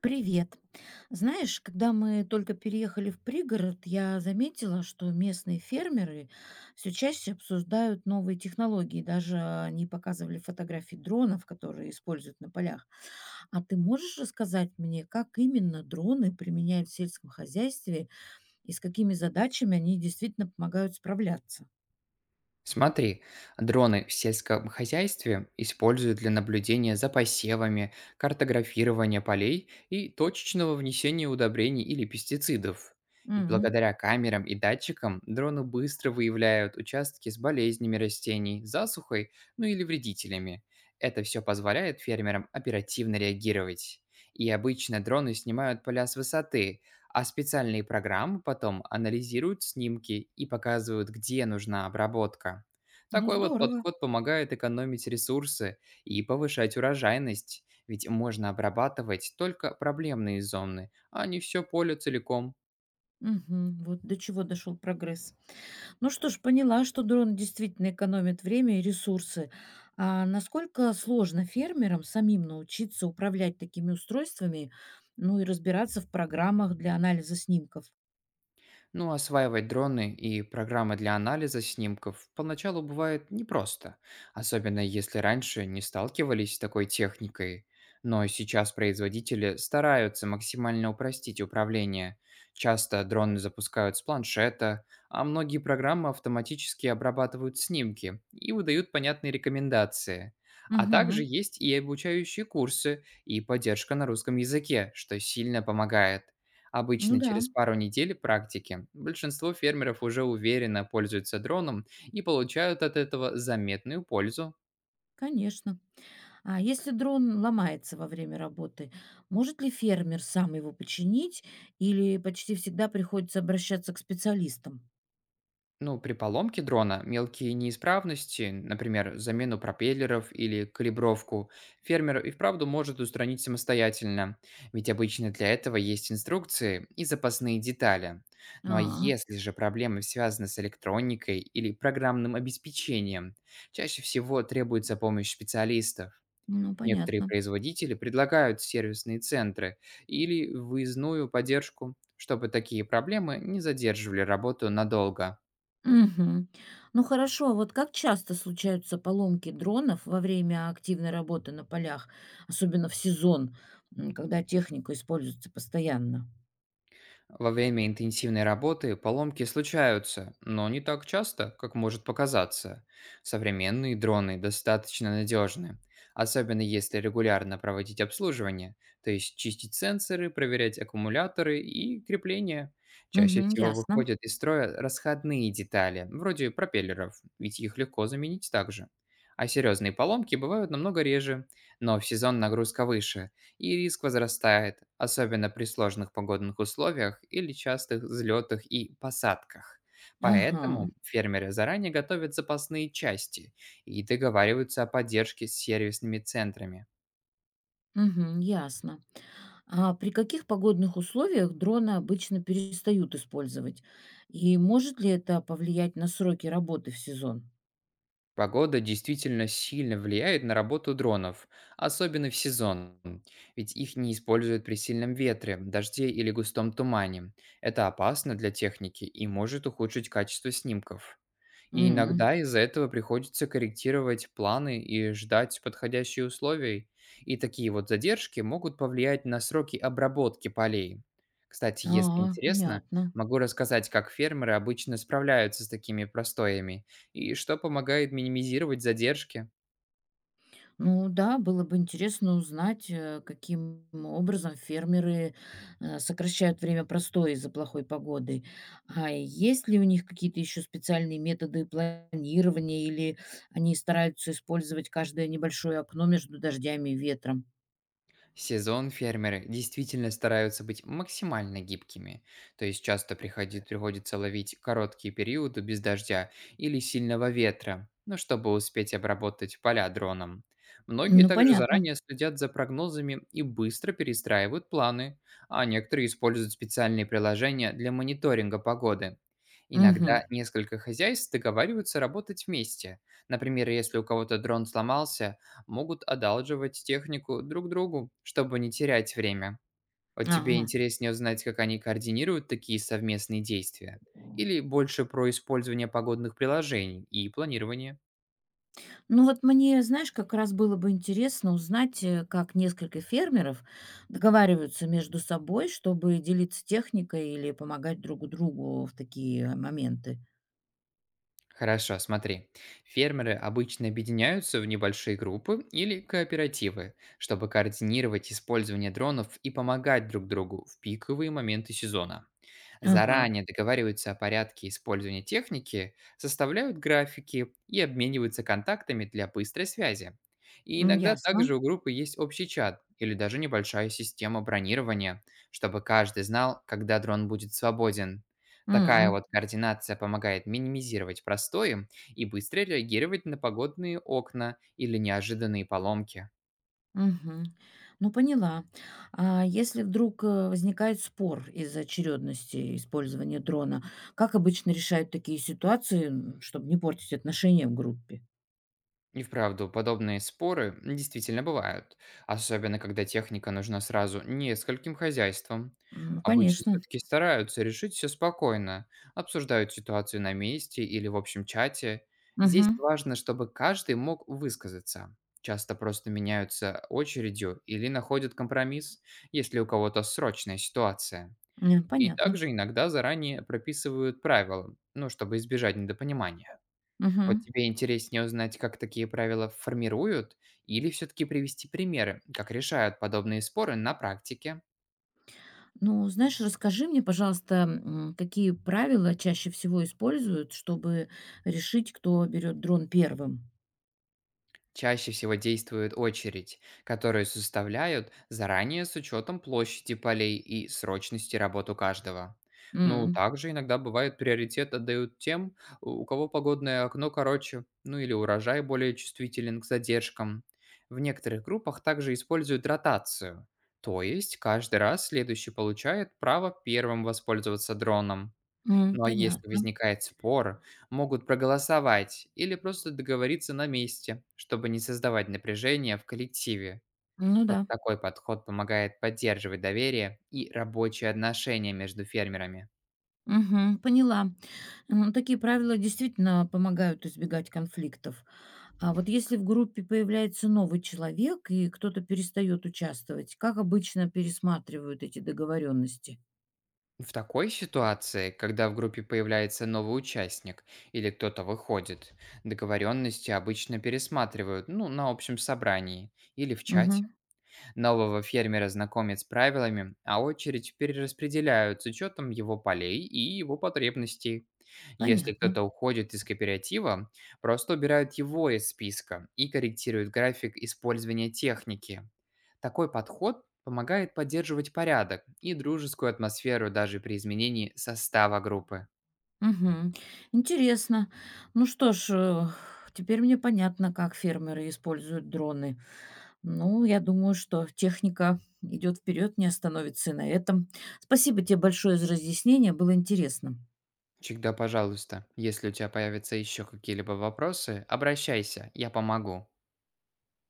Привет. Знаешь, когда мы только переехали в пригород, я заметила, что местные фермеры все чаще обсуждают новые технологии. Даже они показывали фотографии дронов, которые используют на полях. А ты можешь рассказать мне, как именно дроны применяют в сельском хозяйстве и с какими задачами они действительно помогают справляться? Смотри, дроны в сельском хозяйстве используют для наблюдения за посевами, картографирования полей и точечного внесения удобрений или пестицидов. Ведь Мгм. благодаря камерам и датчикам дроны быстро выявляют участки с болезнями растений, засухой, ну или вредителями. Это все позволяет фермерам оперативно реагировать. И обычно дроны снимают поля с высоты, а специальные программы потом анализируют снимки и показывают, где нужна обработка. Ну, Такой вот здорово. подход помогает экономить ресурсы и повышать урожайность, ведь можно обрабатывать только проблемные зоны, а не все поле целиком. Мгм. Вот до чего дошел прогресс. Ну что ж, поняла, что дрон действительно экономит время и ресурсы. А насколько сложно фермерам самим научиться управлять такими устройствами, ну и разбираться в программах для анализа снимков? Ну, осваивать дроны и программы для анализа снимков поначалу бывает непросто, особенно если раньше не сталкивались с такой техникой. Но сейчас производители стараются максимально упростить управление. Часто дроны запускают с планшета, а многие программы автоматически обрабатывают снимки и выдают понятные рекомендации. А также Угу. есть и обучающие курсы, и поддержка на русском языке, что сильно помогает. Ну Обычно да, через пару недель практики большинство фермеров уже уверенно пользуются дроном и получают от этого заметную пользу. конечно. А если дрон ломается во время работы, может ли фермер сам его починить или почти всегда приходится обращаться к специалистам? Ну, при поломке дрона мелкие неисправности, например, замену пропеллеров или калибровку, фермер и вправду может устранить самостоятельно, ведь обычно для этого есть инструкции и запасные детали. Ну а А, если же проблемы связаны с электроникой или программным обеспечением, чаще всего требуется помощь специалистов. ну Некоторые понятно. производители предлагают сервисные центры или выездную поддержку, чтобы такие проблемы не задерживали работу надолго. Мгм. Ну хорошо, а вот как часто случаются поломки дронов во время активной работы на полях, особенно в сезон, когда техника используется постоянно? Во время интенсивной работы поломки случаются, но не так часто, как может показаться. Современные дроны достаточно надежны, особенно если регулярно проводить обслуживание, то есть чистить сенсоры, проверять аккумуляторы и крепления. Чаще Мгм, всего ясно. выходят из строя расходные детали, вроде пропеллеров, ведь их легко заменить также. А серьезные поломки бывают намного реже, но в сезон нагрузка выше, и риск возрастает, особенно при сложных погодных условиях или частых взлетах и посадках. Ага. Поэтому фермеры заранее готовят запасные части и договариваются о поддержке с сервисными центрами. Мгм, ясно. А при каких погодных условиях дроны обычно перестают использовать? И может ли это повлиять на сроки работы в сезон? Погода действительно сильно влияет на работу дронов, особенно в сезон, ведь их не используют при сильном ветре, дожде или густом тумане. Это опасно для техники и может ухудшить качество снимков. И М. иногда из-за этого приходится корректировать планы и ждать подходящие условия. И такие вот задержки могут повлиять на сроки обработки полей. Кстати, если А, интересно, понятно. могу рассказать, как фермеры обычно справляются с такими простоями и что помогает минимизировать задержки. Ну да, было бы интересно узнать, каким образом фермеры сокращают время простоя из-за плохой погоды. А есть ли у них какие-то еще специальные методы планирования, или они стараются использовать каждое небольшое окно между дождями и ветром? Сезон фермеры действительно стараются быть максимально гибкими, то есть часто приходится ловить короткие периоды без дождя или сильного ветра, ну, чтобы успеть обработать поля дроном. Многие Ну, также понятно. заранее следят за прогнозами и быстро перестраивают планы, а некоторые используют специальные приложения для мониторинга погоды. Угу. Иногда несколько хозяйств договариваются работать вместе. Например, если у кого-то дрон сломался, могут одалживать технику друг другу, чтобы не терять время. Вот тебе А, интереснее узнать, как они координируют такие совместные действия? Или больше про использование погодных приложений и планирование? ну вот мне, знаешь, как раз было бы интересно узнать, как несколько фермеров договариваются между собой, чтобы делиться техникой или помогать друг другу в такие моменты. Хорошо, смотри. Фермеры обычно объединяются в небольшие группы или кооперативы, чтобы координировать использование дронов и помогать друг другу в пиковые моменты сезона. Ага, Заранее договариваются о порядке использования техники, составляют графики и обмениваются контактами для быстрой связи. И м, иногда ясно. также у группы есть общий чат или даже небольшая система бронирования, чтобы каждый знал, когда дрон будет свободен. Такая М, вот координация помогает минимизировать простои и быстро реагировать на погодные окна или неожиданные поломки. мгм. Ну, поняла. А если вдруг возникает спор из-за очередности использования дрона, как обычно решают такие ситуации, чтобы не портить отношения в группе? И вправду, подобные споры действительно бывают, особенно когда техника нужна сразу нескольким хозяйствам. М, Обычно конечно. все-таки стараются решить все спокойно, обсуждают ситуацию на месте или в общем чате. Здесь Мгм. важно, чтобы каждый мог высказаться. Часто просто меняются очередью или находят компромисс, если у кого-то срочная ситуация. М, И понятно. также иногда заранее прописывают правила, ну, чтобы избежать недопонимания. Вот Мгм. тебе интереснее узнать, как такие правила формируют, или все-таки привести примеры, как решают подобные споры на практике? Ну, знаешь, расскажи мне, пожалуйста, какие правила чаще всего используют, чтобы решить, кто берет дрон первым? Чаще всего действует очередь, которую составляют заранее с учетом площади полей и срочности работ у каждого. Ну, М, также иногда бывает приоритет отдают тем, у кого погодное окно короче, ну или урожай более чувствителен к задержкам. В некоторых группах также используют ротацию, то есть каждый раз следующий получает право первым воспользоваться дроном. м, Ну а если понятно. возникает спор, могут проголосовать или просто договориться на месте, чтобы не создавать напряжения в коллективе. Ну Вот да. такой подход помогает поддерживать доверие и рабочие отношения между фермерами. Мгм, поняла. М, такие правила действительно помогают избегать конфликтов. А вот если в группе появляется новый человек и кто-то перестает участвовать, как обычно пересматривают эти договоренности? В такой ситуации, когда в группе появляется новый участник или кто-то выходит, договоренности обычно пересматривают, ну, на общем собрании или в чате. Мгм, Нового фермера знакомят с правилами, а очередь перераспределяют с учетом его полей и его потребностей. Если понятно. кто-то уходит из кооператива, просто убирают его из списка и корректируют график использования техники. Такой подход помогает поддерживать порядок и дружескую атмосферу даже при изменении состава группы. Мгм. Интересно. Ну что ж, теперь мне понятно, как фермеры используют дроны. Ну, я думаю, что техника идет вперед, не остановится и на этом. Спасибо тебе большое за разъяснение, было интересно. Всегда пожалуйста, если у тебя появятся еще какие-либо вопросы, обращайся, я помогу.